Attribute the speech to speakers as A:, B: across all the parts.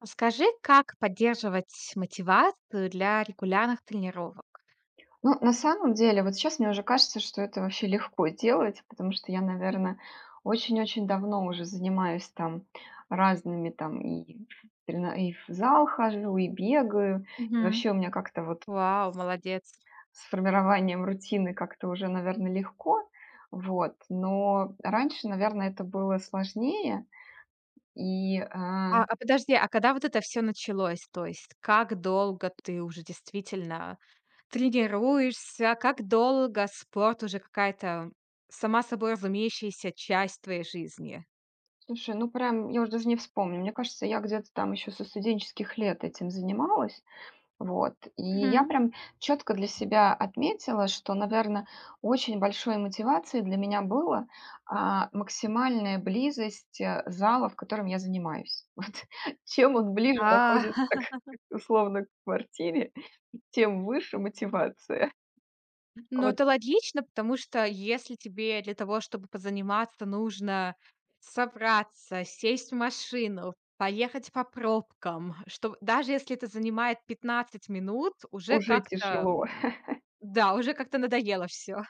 A: А скажи, как поддерживать мотивацию для регулярных тренировок?
B: Ну, на самом деле, вот сейчас мне уже кажется, что это вообще легко делать, потому что я, наверное, очень-очень давно уже занимаюсь там разными там и в зал хожу, и бегаю. И
A: Мгм.
B: вообще у меня как-то вот
A: Вау, молодец.
B: с формированием рутины как-то уже, наверное, легко. Вот. Но раньше, наверное, это было сложнее. И, а,
A: А, подожди, а когда вот это все началось? То есть как долго ты уже действительно тренируешься? Как долго спорт уже какая-то сама собой разумеющаяся часть твоей жизни?
B: слушай, ну прям, я уже даже не вспомню. Мне кажется, я где-то там еще со студенческих лет этим занималась. Вот. И я
A: Мгм.
B: прям четко для себя отметила, что, наверное, очень большой мотивацией для меня было максимальная близость зала, в котором я занимаюсь. Вот. Чем он ближе
A: А,
B: находится, к, условно, к квартире, тем выше мотивация.
A: Но
B: Вот
A: это логично, потому что если тебе для того, чтобы позаниматься, нужно собраться, сесть в машину, поехать по пробкам, что даже если это занимает 15 минут, уже
B: уже
A: как-то,
B: тяжело.
A: да, уже как-то надоело все.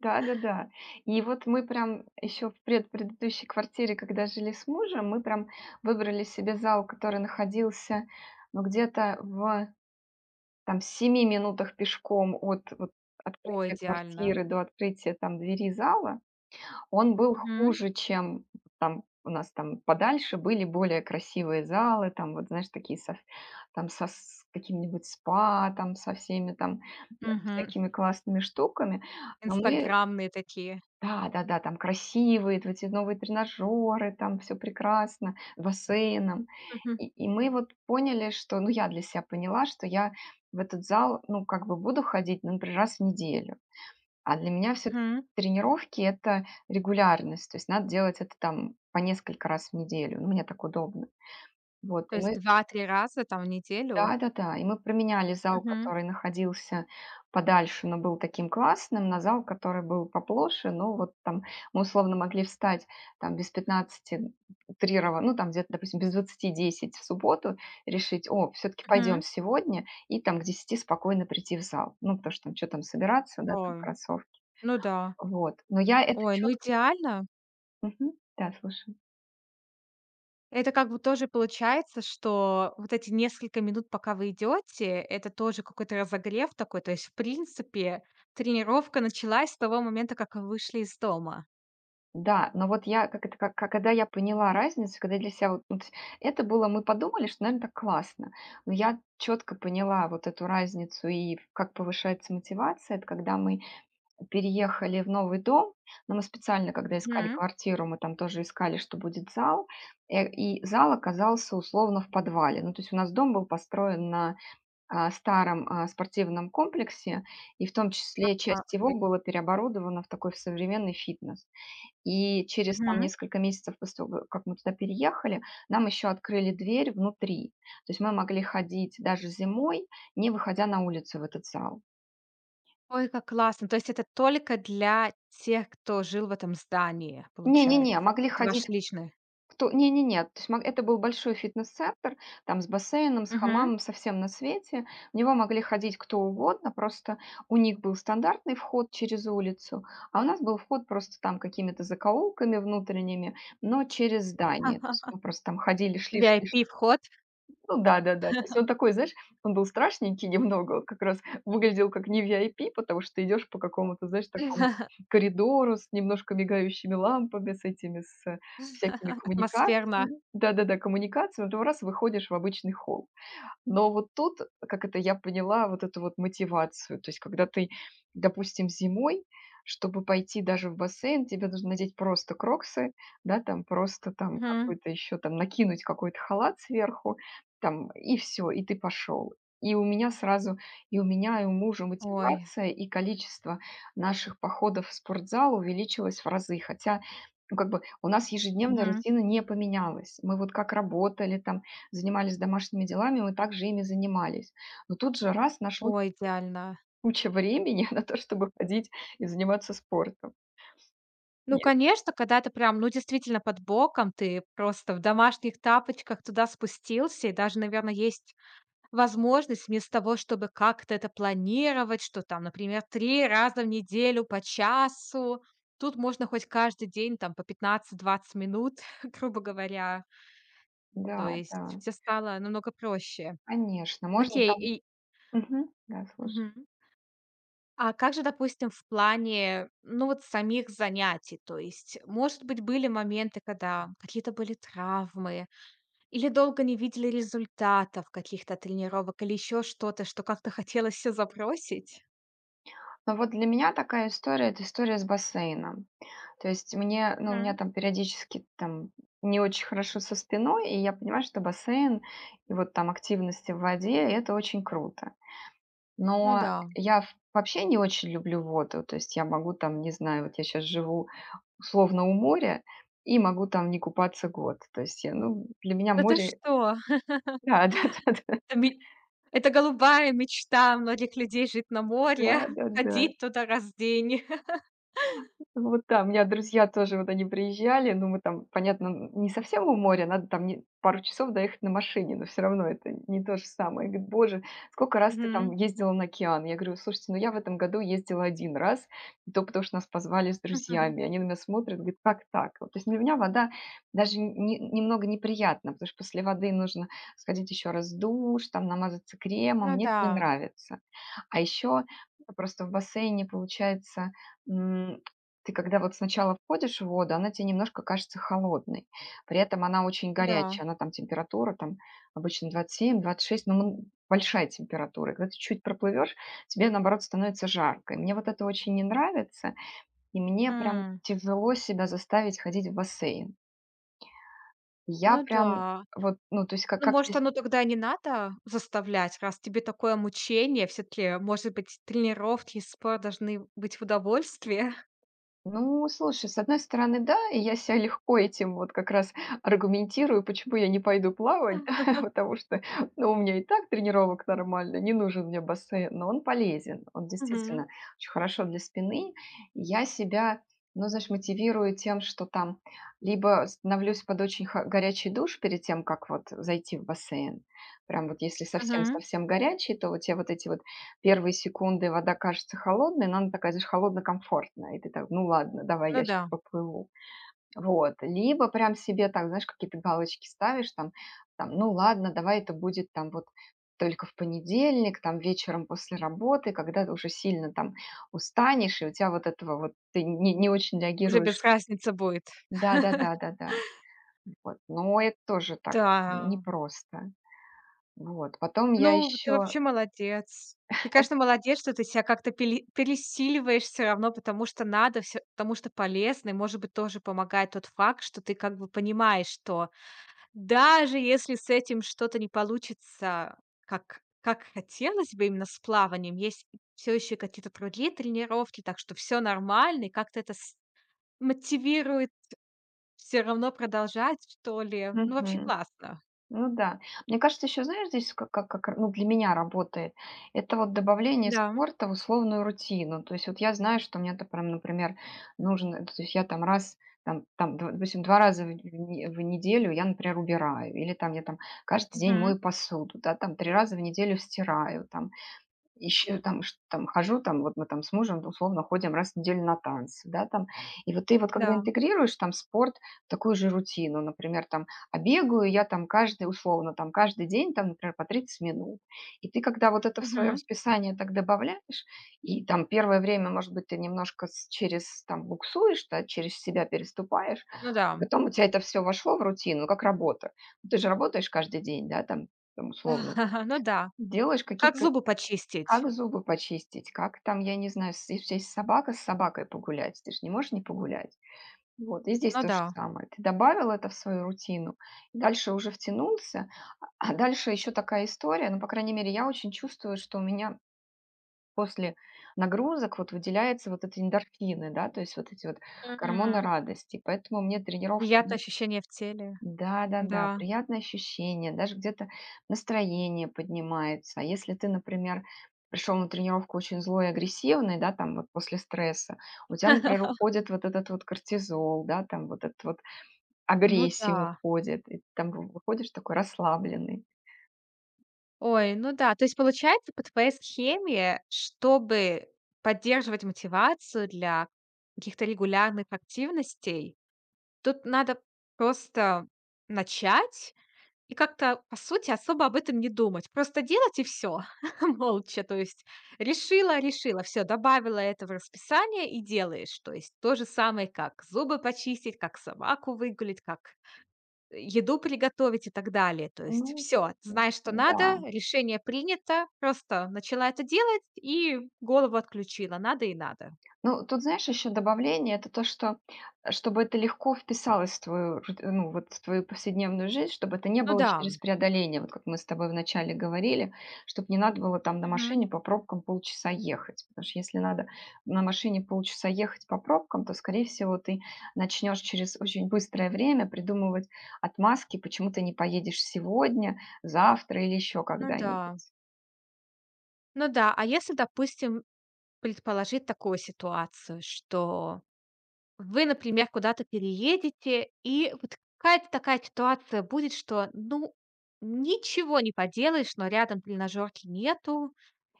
B: Да-да-да. И вот мы прям еще в предыдущей квартире, когда жили с мужем, мы прям выбрали себе зал, который находился ну, где-то в там 7 минутах пешком от вот
A: О,
B: открытия
A: идеально.
B: квартиры до открытия там двери зала. Он был
A: Мгм,
B: хуже, чем там у нас там подальше были более красивые залы, там вот, знаешь, такие со, там со с каким-нибудь спа, там со всеми там
A: мгм.
B: всякими классными штуками. Но мы
A: Инстаграмные такие.
B: да-да-да, там красивые эти новые тренажеры, там все прекрасно, с бассейном.
A: Мгм,
B: И мы вот поняли, что ну, я для себя поняла, что я в этот зал, ну, как бы буду ходить, ну, например, раз в неделю. А для меня все таки
A: мгм.
B: тренировки — это регулярность, то есть надо делать это там по несколько раз в неделю, ну, мне так удобно. Вот,
A: То
B: и
A: есть
B: мы
A: 2-3 раза там в неделю?
B: да-да-да, и мы променяли зал,
A: Мгм,
B: который находился подальше, но был таким классным, на зал, который был поплоше. Но вот там мы условно могли встать там без пятнадцати утрирова ну, там где-то, допустим, без двадцати 10 в субботу, решить: "О, все таки пойдем
A: мгм.
B: сегодня", и там к десяти спокойно прийти в зал. Ну, потому что там собираться, да, там
A: Ой,
B: кроссовки.
A: ну да.
B: Вот, но я это
A: Ой, ну
B: четко.
A: идеально.
B: Да, слушай.
A: Это как бы тоже получается, что вот эти несколько минут, пока вы идете, это тоже какой-то разогрев такой. То есть, в принципе, тренировка началась с того момента, как вы вышли из дома.
B: Да, но вот я, как это, как, когда я поняла разницу, когда для себя вот, ну, это было, мы подумали, что, наверное, так классно, но я четко поняла вот эту разницу и как повышается мотивация, это когда мы переехали в новый дом. Но мы специально, когда искали
A: Мгм.
B: квартиру, мы там тоже искали, что будет зал, и зал оказался условно в подвале, ну, то есть у нас дом был построен на старом спортивном комплексе, и в том числе
A: А,
B: часть его
A: окей.
B: была переоборудована в такой в современный фитнес. И через там
A: Мгм.
B: несколько месяцев после того, как мы туда переехали, нам еще открыли дверь внутри. То есть мы могли ходить даже зимой, не выходя на улицу в этот зал.
A: Ой, как классно. То есть это только для тех, кто жил в этом здании, получается.
B: Не-не-не, могли
A: Это ваш
B: ходить
A: личный.
B: кто не-не-не, то есть мо это был большой фитнес-центр, там с бассейном, с
A: Мгм.
B: хамамом, совсем на свете. В него могли ходить кто угодно, просто у них был стандартный вход через улицу, а у нас был вход просто там какими-то закоулками внутренними, но через здание. То есть мы просто там ходили, шли
A: VIP вход,
B: ну да-да-да. То есть он такой, знаешь, он был страшненький немного, он как раз выглядел как не VIP, потому что идешь по какому-то, знаешь, такому коридору с немножко мигающими лампами, с этими, с всякими
A: атмосферно.
B: коммуникациями. Да-да-да, коммуникациями, то раз выходишь в обычный холл. Но вот тут, как это я поняла, вот эту вот мотивацию. То есть, когда ты, допустим, зимой, чтобы пойти даже в бассейн, тебе нужно надеть просто кроксы, да, там просто там
A: Мгм.
B: какой-то еще там накинуть какой-то халат сверху, там и все, и ты пошел. И у меня сразу, и у меня, и у мужа
A: Ой.
B: мотивация, и количество наших походов в спортзал увеличилось в разы. Хотя, ну, как бы у нас ежедневная
A: Мгм.
B: рутина не поменялась. Мы вот как работали, там занимались домашними делами, мы также ими занимались. Но тут же раз нашлось
A: Ой, идеально.
B: куча времени на то, чтобы ходить и заниматься спортом.
A: Ну,
B: Е
A: конечно, когда ты прям, ну, действительно под боком, ты просто в домашних тапочках туда спустился, и даже, наверное, есть возможность вместо того, чтобы как-то это планировать, что там, например, 3 раза в неделю по часу, тут можно хоть каждый день там по 15-20 минут, грубо говоря.
B: да,
A: То
B: да,
A: есть все стало намного проще.
B: конечно, можно
A: Окей,
B: там
A: и
B: мгм. Да, слушай.
A: мгм. А как же, допустим, в плане, ну, вот самих занятий? То есть, может быть, были моменты, когда какие-то были травмы, или долго не видели результатов каких-то тренировок, или еще что-то, что как-то хотелось все забросить?
B: Но вот для меня такая история — это история с бассейном. То есть мне ну, у меня
A: Мгм.
B: там периодически там не очень хорошо со спиной, и я понимаю, что бассейн и вот там активности в воде — это очень круто.
A: Ну
B: Но
A: да.
B: я в вообще не очень люблю воду, то есть я могу там, не знаю, вот я сейчас живу условно у моря и могу там не купаться год. То есть я, ну, для меня
A: Да ты
B: море
A: что?
B: да, да-да-да.
A: Это ме это голубая мечта многих людей — жить на море,
B: Да-да-да.
A: ходить туда раз в день.
B: Вот да, у меня друзья тоже, вот они приезжали, ну, мы там, понятно, не совсем у моря, надо там пару часов доехать на машине, но все равно это не то же самое. Говорит, боже, сколько раз ты там
A: Мгм.
B: ездила на океан? Я говорю, слушайте, ну я в этом году ездила один раз, и то потому что нас позвали с друзьями. Они на меня смотрят, говорят, как так? Вот. То есть для меня вода даже немного неприятна, потому что после воды нужно сходить еще раз в душ, там намазаться кремом,
A: Ну
B: мне это не
A: да,
B: нравится. А еще просто в бассейне, получается, ты когда вот сначала входишь в воду, она тебе немножко кажется холодной. При этом она очень горячая.
A: да.
B: Она там температура там обычно 27-26, но мн большая температура. И когда ты чуть проплывешь, тебе наоборот становится жарко. И мне вот это очень не нравится, и мне прям
A: М.
B: тяжело себя заставить ходить в бассейн. Я
A: Ну да.
B: прям вот, ну, то есть как
A: Ну,
B: как я
A: может, оно тогда не надо заставлять, раз тебе такое мучение. Все таки, может быть, тренировки и спорт должны быть в удовольствие.
B: ну, слушай, с одной стороны, да, и я себя легко этим вот как раз аргументирую, почему я не пойду плавать, да, потому что, ну, у меня и так тренировок нормально, не нужен мне бассейн, но он полезен, он
A: Мгм.
B: действительно очень хорошо для спины. И я себя, ну, знаешь, мотивирую тем, что там либо становлюсь под очень горячий душ перед тем, как вот зайти в бассейн, прям вот если
A: Мгм.
B: совсем-совсем горячий, то у тебя вот эти вот первые секунды вода кажется холодной, но она такая, знаешь, холодно-комфортная. И ты так: "Ну ладно, давай
A: Ну
B: я сейчас
A: да,
B: поплыву". Вот. Либо прям себе так, знаешь, какие-то галочки ставишь там там: "Ну ладно, давай это будет там вот только в понедельник, там вечером после работы", когда ты уже сильно там устанешь, и у тебя вот этого вот ты не очень
A: уже
B: реагируешь.
A: без разницы будет.
B: Да-да-да, да-да. Вот. Но это тоже так, как бы
A: Да.
B: непросто. Вот. Потом я
A: Ну, ты
B: еще
A: вообще молодец. Ты, конечно, молодец, что ты себя как-то пели пересиливаешь все равно, потому что надо, всё потому что полезно. И, может быть, тоже помогает тот факт, что ты как бы понимаешь, что даже если с этим что-то не получится, как хотелось бы, именно с плаванием, есть все еще какие-то другие тренировки, так что все нормально, и как-то это с мотивирует все равно продолжать, что ли. Ну, вообще классно.
B: ну да. Мне кажется, еще знаешь, здесь как, ну, для меня работает, это вот добавление
A: Да.
B: спорта в условную рутину. То есть вот я знаю, что мне-то прям, например, нужно, то есть я там раз, там, там, допустим, два раза в, в неделю я, например, убираю, или там я там каждый день
A: Мгм.
B: мою посуду, да, там три раза в неделю стираю, там еще там ш там хожу, там вот мы там с мужем ну, условно ходим раз в неделю на танцы, да, там. И вот ты вот когда
A: Да.
B: интегрируешь там спорт в такую же рутину, например, там, а бегаю я там каждый, условно, там каждый день, там, например, по 30 минут. И ты когда вот это в свое
A: Мгм.
B: расписание так добавляешь, и там первое время, может быть, ты немножко с через там буксуешь, да, через себя переступаешь,
A: Ну
B: а
A: да.
B: потом у тебя это все вошло в рутину, как работа. Ну, ты же работаешь каждый день, да, там там условно,
A: Ну да.
B: делаешь
A: Как
B: какие-то
A: зубы почистить.
B: как зубы почистить? Как там, я не знаю, с если есть собака, с собакой погулять. Ты же не можешь не погулять. Вот, и здесь
A: Ну
B: то же
A: да.
B: самое. Ты добавил это в свою рутину, и дальше уже втянулся. А дальше еще такая история, ну, по крайней мере, я очень чувствую, что у меня после нагрузок вот выделяются вот эти эндорфины, да, то есть вот эти вот гормоны
A: М.
B: радости. Поэтому мне тренировка
A: Приятное ощущение в теле.
B: да-да-да,
A: Да.
B: приятное ощущение, даже где-то настроение поднимается. А если ты, например, пришел на тренировку очень злой и агрессивный, да, там вот после стресса, у тебя, например, уходит вот этот вот кортизол, да, там вот этот вот
A: Ну
B: агрессия
A: да.
B: уходит, и ты там выходишь такой расслабленный.
A: Ой, ну да. То есть получается, по твоей схеме, чтобы поддерживать мотивацию для каких-то регулярных активностей, тут надо просто начать и как-то, по сути, особо об этом не думать. Просто делать и все молча. То есть решила, все, добавила это в расписание и делаешь. То есть то же самое, как зубы почистить, как собаку выгулить, как еду приготовить и так далее. То есть
B: Ну,
A: все, знаешь, что
B: да.
A: надо, решение принято, просто начала это делать и голову отключила, надо и надо.
B: Ну, тут, знаешь, еще добавление — это то, что, чтобы это легко вписалось в твою, рут ну, вот в твою повседневную жизнь, чтобы это не
A: Ну
B: было
A: да.
B: через преодоление, вот как мы с тобой вначале говорили, чтобы не надо было там на
A: Мгм.
B: машине по пробкам полчаса ехать. Потому что если надо на машине полчаса ехать по пробкам, то, скорее всего, ты начнешь через очень быстрое время придумывать отмазки, почему ты не поедешь сегодня, завтра или еще
A: Ну
B: когда-нибудь.
A: да. Ну да, а если, допустим, предположить такую ситуацию, что вы, например, куда-то переедете, и вот какая-то такая ситуация будет, что, ну, ничего не поделаешь, но рядом тренажерки нету,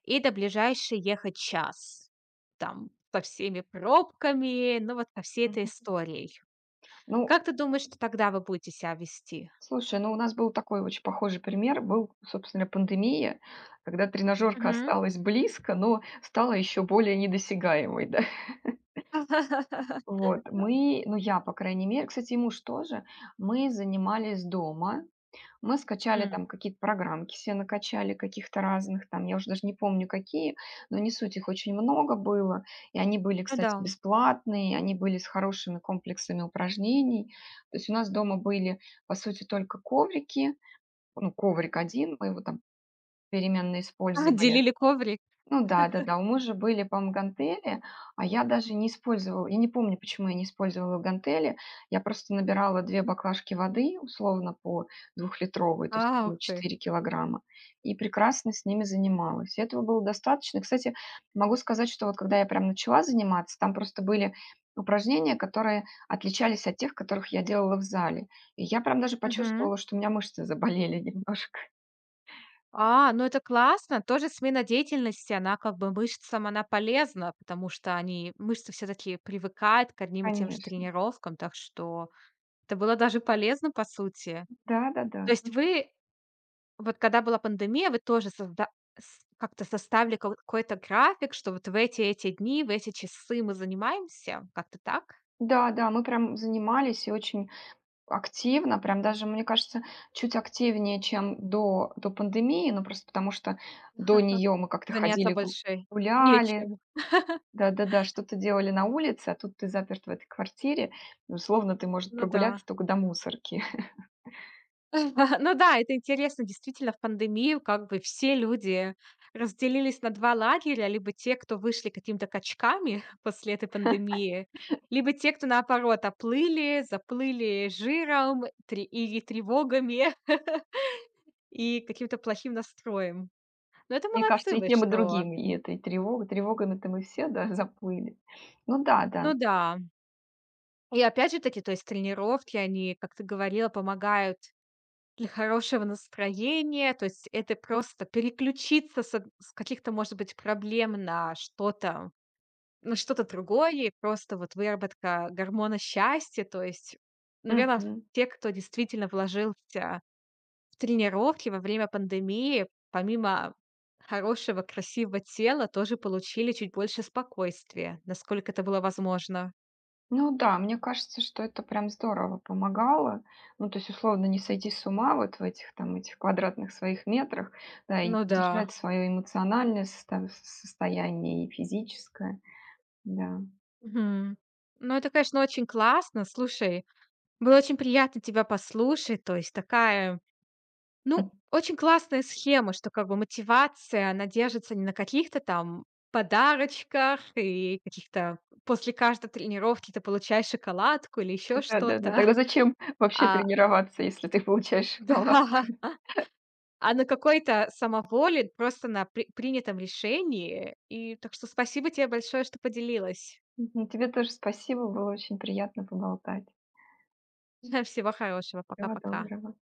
A: и до ближайшей ехать час. Там со всеми пробками, ну вот со всей этой
B: Мгм.
A: историей.
B: Ну,
A: Как ты думаешь, что тогда вы будете себя вести?
B: слушай, ну у нас был такой очень похожий пример. Был, собственно, пандемия, когда тренажерка
A: Мгм.
B: осталась близко, но стала еще более недосягаемой, да. Вот, мы, ну я, по крайней мере, кстати, и муж тоже, мы занимались дома. Мы скачали
A: М,
B: там какие-то программки все накачали, каких-то разных там, я уже даже не помню какие, но не суть, их очень много было. И они были,
A: ну
B: кстати,
A: да.
B: бесплатные, они были с хорошими комплексами упражнений. То есть у нас дома были, по сути, только коврики, ну, коврик один мы его там переменно
A: А,
B: использовали.
A: делили коврик.
B: Ну да, да-да, у мужа были, по-моему, гантели, а я даже не использовала, я не помню, почему я не использовала гантели, я просто набирала 2 баклажки воды, условно, по двухлитровой, то
A: А,
B: есть это было
A: ух ты.
B: 4 килограмма, и прекрасно с ними занималась. И этого было достаточно. Кстати, могу сказать, что вот когда я прям начала заниматься, там просто были упражнения, которые отличались от тех, которых я делала в зале. И я прям даже
A: Мгм.
B: почувствовала, что у меня мышцы заболели немножко.
A: А, ну это классно. Тоже смена деятельности, она как бы мышцам, она полезна, потому что они, мышцы все-таки привыкают к одним и тем же
B: Конечно.
A: тренировкам, так что это было даже полезно, по сути.
B: Да-да-да.
A: То есть вы, вот когда была пандемия, вы тоже как-то составили какой-то график, что вот в эти дни, в эти часы мы занимаемся, как-то так?
B: Да-да, мы прям занимались и очень активно, прям даже, мне кажется, чуть активнее, чем до пандемии, ну, просто потому что до нее мы как-то
A: Заняться
B: ходили, гу
A: больше
B: гуляли,
A: нечем.
B: да-да-да, что-то делали на улице, а тут ты заперт в этой квартире, и условно ты, может,
A: Ну да.
B: прогуляться только до мусорки.
A: Ну да, это интересно. Действительно, в пандемию как бы все люди разделились на 2 лагеря: либо те, кто вышли какими-то качками после этой пандемии, либо те, кто, наоборот, оплыли, заплыли жиром тре или тревогами, и каким-то плохим настроем. Но это
B: Мне кажется,
A: молодцы
B: и
A: вы,
B: тем, и
A: что.
B: другим, и этой и тревога тревогами-то мы все, да, заплыли. Ну да, да.
A: Ну да. И опять же таки, то есть тренировки, они, как ты говорила, помогают для хорошего настроения, то есть это просто переключиться с каких-то, может быть, проблем на что-то другое, и просто вот выработка гормона счастья. То есть, наверное,
B: Мгм.
A: те, кто действительно вложился в тренировки во время пандемии, помимо хорошего, красивого тела, тоже получили чуть больше спокойствия, насколько это было возможно.
B: Ну да, мне кажется, что это прям здорово помогало. Ну, то есть, условно, не сойти с ума вот в этих там этих квадратных своих метрах, да, и
A: Ну да.
B: поддержать свое эмоциональное состояние и физическое. Да.
A: Мгм. Ну, это, конечно, очень классно. Слушай, было очень приятно тебя послушать. То есть такая, ну, очень классная схема, что как бы мотивация, она держится не на каких-то там подарочках и каких-то после каждой тренировки ты получаешь шоколадку или еще
B: Да, да, да.
A: что-то,
B: Тогда зачем вообще
A: а
B: тренироваться, если ты получаешь шоколад?
A: да, а на какой-то самоволе, просто на принятом решении. И так что спасибо тебе большое, что поделилась.
B: Мгм. Тебе тоже спасибо, было очень приятно поболтать.
A: Всего хорошего.
B: Всего
A: Пока-пока.
B: доброго.